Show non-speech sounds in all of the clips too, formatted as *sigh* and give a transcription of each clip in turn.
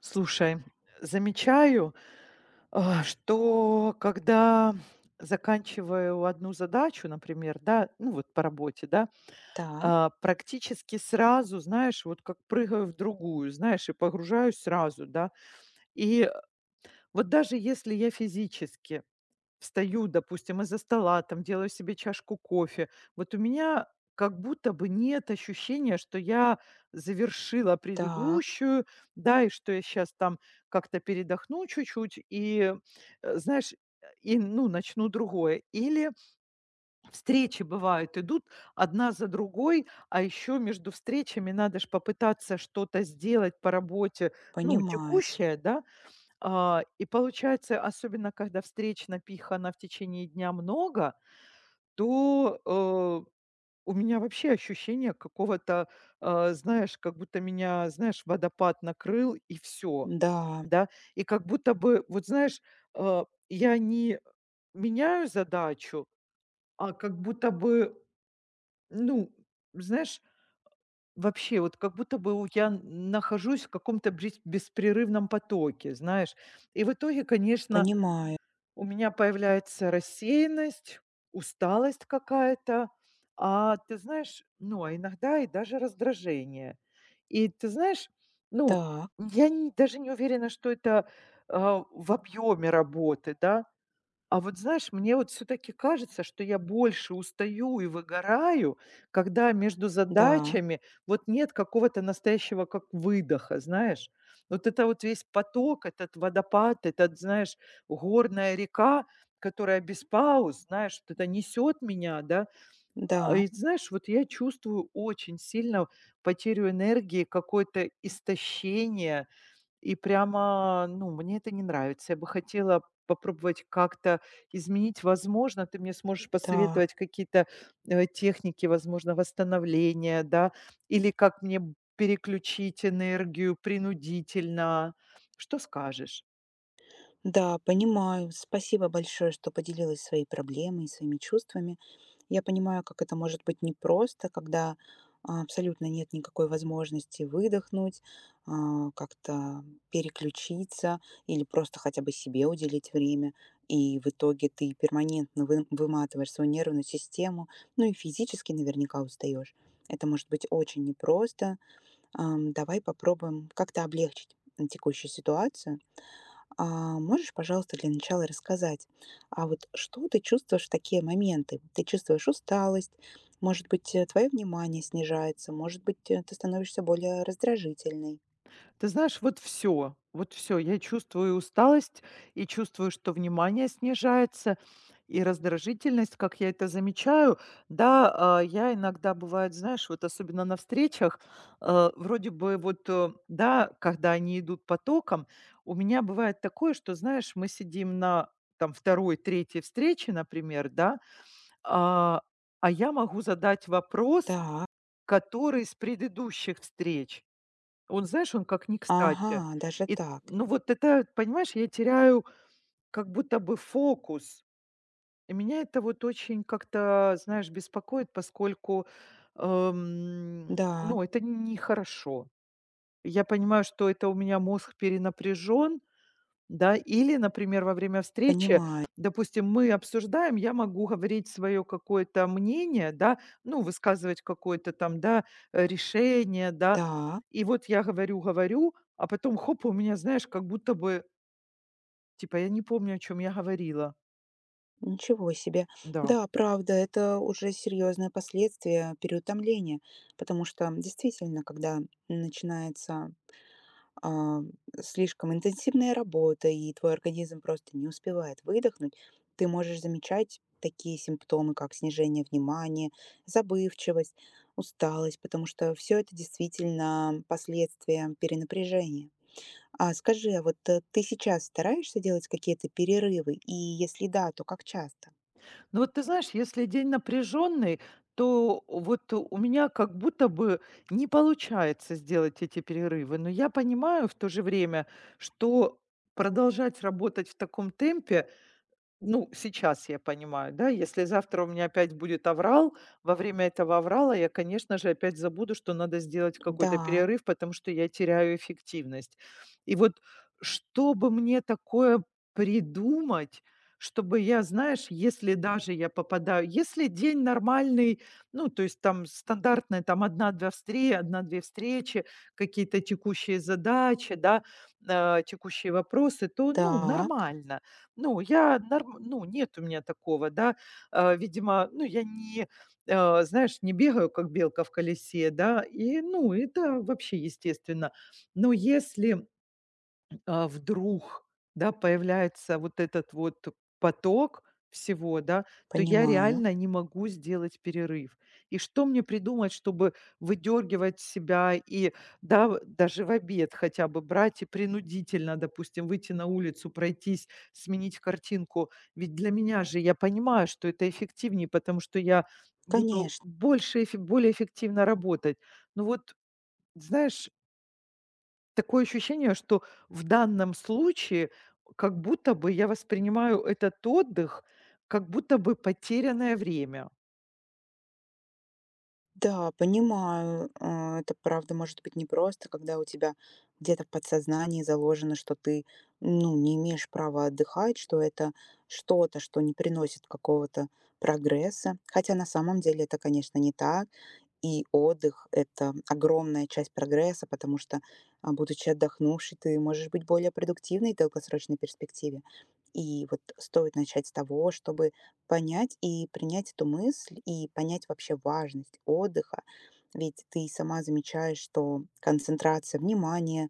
Слушай, замечаю, что когда заканчиваю одну задачу, например, да, ну вот по работе, да, Так, практически сразу, знаешь, вот как прыгаю в другую, знаешь, и погружаюсь сразу, да. И вот даже если я физически встаю, допустим, из-за стола, там делаю себе чашку кофе. Вот у меня как будто бы нет ощущения, что я завершила так, предыдущую, да, и что я сейчас там как-то передохну чуть-чуть и, знаешь, и, ну, начну другое. Или встречи бывают, идут одна за другой, а еще между встречами надо же попытаться что-то сделать по работе, ну, понимаю. текущее, да, и получается, особенно когда встреч напихано в течение дня много, то, у меня вообще ощущение какого-то, знаешь, как будто меня, знаешь, водопад накрыл и все, Да, да. И как будто бы, вот знаешь, э, я не меняю задачу, а как будто бы, ну, знаешь, вообще вот как будто бы у я нахожусь в каком-то брис беспрерывном потоке, знаешь. И в итоге, конечно, понимаю. у меня появляется рассеянность, усталость какая-то, а ты знаешь, ну, а иногда и даже раздражение. И ты знаешь, ну, Так, я не- даже не уверена, что это в объеме работы, да, а вот знаешь, мне вот все таки кажется, что я больше устаю и выгораю, когда между да, задачами вот нет какого-то настоящего как выдоха, знаешь. Вот это вот весь поток, этот водопад, этот, знаешь, горная река, которая без пауз, знаешь, вот это несет меня, да. Да, И знаешь, вот я чувствую очень сильно потерю энергии, какое-то истощение. И прямо, ну, мне это не нравится. Я бы хотела попробовать как-то изменить. Возможно, ты мне сможешь да, посоветовать какие-то техники, возможно, восстановления, да, или как переключить энергию принудительно. Что скажешь? да, понимаю. Спасибо большое, что поделилась своей проблемой и своими чувствами. Я понимаю, как это может быть непросто, когда абсолютно нет никакой возможности выдохнуть, как-то переключиться или просто хотя бы себе уделить время. И в итоге ты перманентно вы- выматываешь свою нервную систему, ну и физически наверняка устаешь. Это может быть очень непросто. Давай попробуем как-то облегчить текущую ситуацию. Можешь, пожалуйста, для начала рассказать, вот что ты чувствуешь в такие моменты? Ты чувствуешь усталость, может быть, твое внимание снижается, может быть, ты становишься более раздражительной. Ты знаешь, вот все, я чувствую усталость и чувствую, что внимание снижается, и раздражительность, как я это замечаю. Да, я иногда, бывает, знаешь, вот особенно на встречах, вроде бы вот, да, когда они идут потоком, у меня бывает такое, что, знаешь, мы сидим на второй, 3 встрече, например, да, а, а я могу задать вопрос, Так, который с предыдущих встреч. Он, знаешь, он как не кстати. ага, даже И, так. ну, вот это, понимаешь, я теряю как будто бы фокус. И меня это вот очень как-то, знаешь, беспокоит, поскольку, Да, ну, это нехорошо. Я понимаю, что это у меня мозг перенапряжен, да, или, например, во время встречи, понимаю. допустим, мы обсуждаем, я могу говорить свое какое-то мнение, да, ну, высказывать какое-то там, да, решение, да. Да, И вот я говорю, говорю, а потом хоп, у меня, знаешь, как будто бы, типа, я не помню, о чем я говорила. ничего себе. Да. Да, правда, это уже серьезное последствие переутомления, потому что действительно, когда начинается а, слишком интенсивная работа, и твой организм просто не успевает выдохнуть, ты можешь замечать такие симптомы, как снижение внимания, забывчивость, усталость, потому что все это действительно последствия перенапряжения. А скажи, а вот ты сейчас стараешься делать какие-то перерывы? И если да, то как часто? Ну вот ты знаешь, если день напряженный, то вот у меня как будто бы не получается сделать эти перерывы. Но я понимаю в то же время, что продолжать работать в таком темпе, ну, сейчас я понимаю, да, если завтра у меня опять будет аврал, во время этого аврала я, конечно же, опять забуду, что надо сделать какой-то Да, перерыв, потому что я теряю эффективность. И вот чтобы мне такое придумать, чтобы я, знаешь, если даже я попадаю, если день нормальный, ну, то есть там стандартные, там одна-две встречи, какие-то текущие задачи, да, текущие вопросы, то, ну, так, нормально. Ну, я норм ну, нет у меня такого, да. Видимо, ну, я не, а, знаешь, не бегаю, как белка в колесе, да, и, ну, это вообще естественно. Но если, вдруг, да, появляется вот этот вот поток всего, да, то я понимаю. реально не могу сделать перерыв. И что мне придумать, чтобы выдергивать себя и, да, даже в обед хотя бы брать и принудительно, допустим, выйти на улицу, пройтись, сменить картинку. Ведь для меня же я понимаю, что это эффективнее, потому что я буду Конечно. больше, более эффективно работать. Ну вот, знаешь, такое ощущение, что в данном случае как будто бы я воспринимаю этот отдых, как будто бы потерянное время. Да, понимаю, это правда может быть непросто, когда у тебя где-то в подсознании заложено, что ты, ну, не имеешь права отдыхать, что это что-то, что не приносит какого-то прогресса. Хотя на самом деле это, конечно, не так. И отдых- это огромная часть прогресса, потому что, будучи отдохнувшей, ты можешь быть более продуктивной в долгосрочной перспективе. И вот стоит начать с того, чтобы понять и принять эту мысль, и понять вообще важность отдыха. Ведь ты сама замечаешь, что концентрация внимания,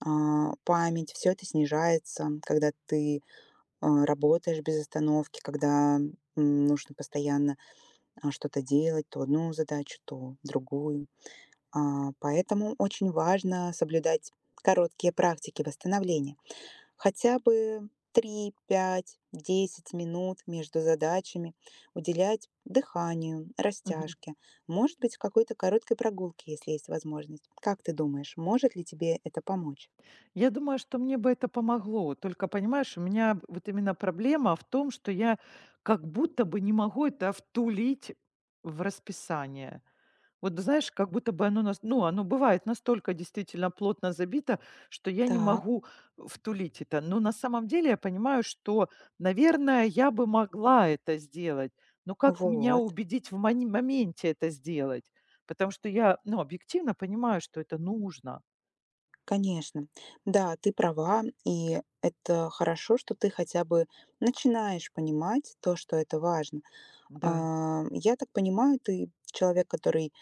память- все это снижается, когда ты, работаешь без остановки, когда, нужно постоянно, что-то делать, то одну задачу, то другую. Поэтому очень важно соблюдать короткие практики восстановления. Хотя бы 3, 5, 10 минут между задачами уделять дыханию, Мгм. растяжке. Может быть, какой-то короткой прогулке, если есть возможность. Как ты думаешь, может ли тебе это помочь? Я думаю, что мне бы это помогло. Только, понимаешь, у меня вот именно проблема в том, что я как будто бы не могу это втулить в расписание. Вот ты знаешь, как будто бы оно нас ну, оно бывает настолько действительно плотно забито, что я не Так, могу втулить это. Но на самом деле я понимаю, что, наверное, я бы могла это сделать. Но как меня вот, убедить в мони моменте это сделать? Потому что я, ну, объективно понимаю, что это нужно. конечно. Да, ты права, и это хорошо, что ты хотя бы начинаешь понимать то, что это важно. Да, Я так понимаю, ты человек, который,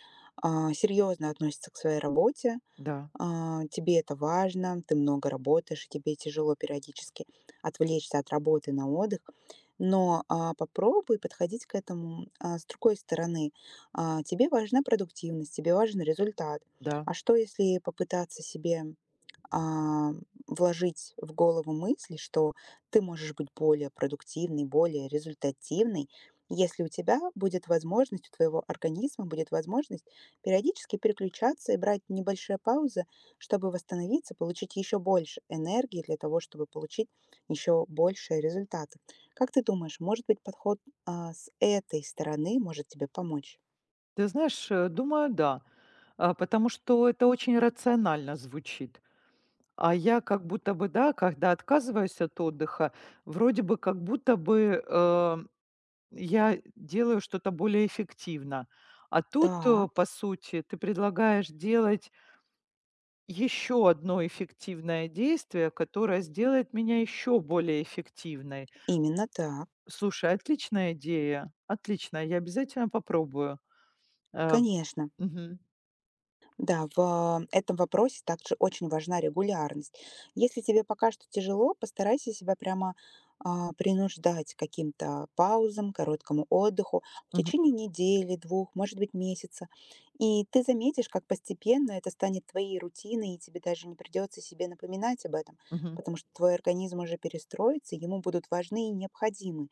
серьезно относится к своей работе. да, Тебе это важно, ты много работаешь, и тебе тяжело периодически отвлечься от работы на отдых. Но, попробуй подходить к этому, с другой стороны. Тебе важна продуктивность, тебе важен результат. да. А что, если попытаться себе а, вложить в голову мысль, что ты можешь быть более продуктивной, более результативной, если у тебя будет возможность, у твоего организма будет возможность периодически переключаться и брать небольшие паузы, чтобы восстановиться, получить еще больше энергии для того, чтобы получить еще большие результаты. Как ты думаешь, может быть, подход с этой стороны может тебе помочь? Ты знаешь, думаю, да. Потому что это очень рационально звучит. А я как будто бы, да, когда отказываюсь от отдыха, вроде бы как будто бы, я делаю что-то более эффективно. А тут, Так, по сути, ты предлагаешь делать еще одно эффективное действие, которое сделает меня еще более эффективной. именно так. Слушай, отличная идея. Отлично, я обязательно попробую. Э, Конечно. мгм, Да, в этом вопросе также очень важна регулярность. Если тебе пока что тяжело, постарайся себя прямо принуждать к каким-то паузам, короткому отдыху в мгм, течение недели, 2, может быть, месяца. И ты заметишь, как постепенно это станет твоей рутиной, и тебе даже не придется себе напоминать об этом, мгм. потому что твой организм уже перестроится, и ему будут важны и необходимы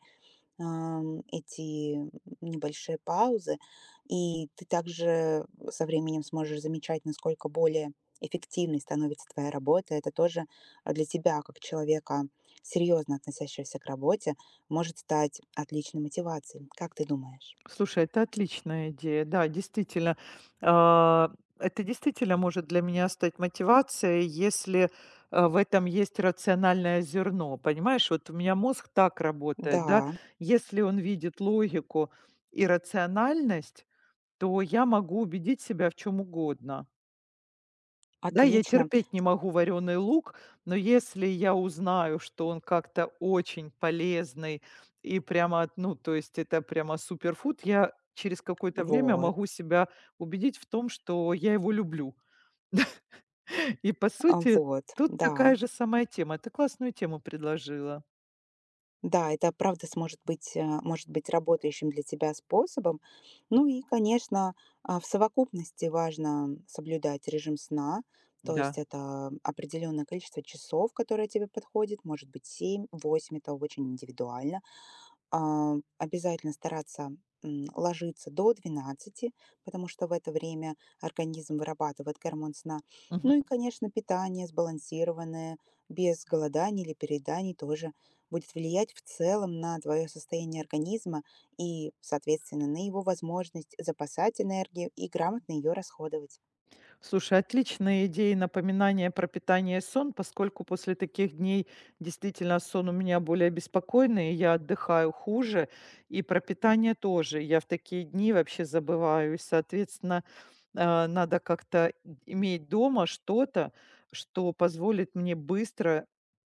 эти небольшие паузы. И ты также со временем сможешь замечать, насколько более эффективной становится твоя работа. Это тоже для тебя, как человека, серьезно относящегося к работе, может стать отличной мотивацией. Как ты думаешь? Слушай, это отличная идея. Да, действительно. А, Это действительно может для меня стать мотивацией, если, в этом есть рациональное зерно. Понимаешь, вот у меня мозг так Да, работает, да, если он видит логику и рациональность, то я могу убедить себя в чем угодно. Да, я отлично. терпеть не могу вареный лук, но если я узнаю, что он как-то очень полезный и прямо, ну, то есть это прямо суперфуд, я через какое-то время Вот, могу себя убедить в том, что я его люблю. *laughs* И по сути, вот, тут да. такая же самая тема. Ты классную тему предложила. Да, это правда сможет быть, может быть работающим для тебя способом. Ну и, конечно, в совокупности важно соблюдать режим сна, то есть Да. это определенное количество часов, которое тебе подходит, может быть 7, 8, это очень индивидуально. Обязательно стараться, ложиться до 12, потому что в это время организм вырабатывает гормон сна. Ну Мгм. и, конечно, питание сбалансированное, без голоданий или перееданий тоже будет влиять в целом на твое состояние организма и, соответственно, на его возможность запасать энергию и грамотно ее расходовать. Слушай, отличная идея напоминания про питание и сон, поскольку после таких дней действительно сон у меня более беспокойный, и я отдыхаю хуже, и про питание тоже. Я в такие дни вообще забываю, и, соответственно, надо как-то иметь дома что-то, что позволит мне быстро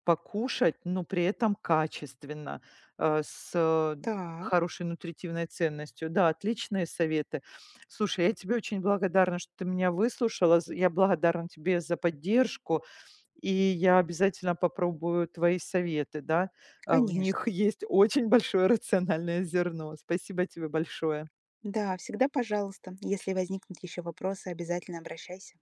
покушать, но при этом качественно, с Так, хорошей нутритивной ценностью. Да, отличные советы. Слушай, я тебе очень благодарна, что ты меня выслушала. З я благодарна тебе за поддержку, и я обязательно попробую твои советы, да. А в конечно. них *laughs* есть очень большое рациональное зерно. Спасибо тебе большое. Да, всегда пожалуйста. Если возникнут еще вопросы, обязательно обращайся.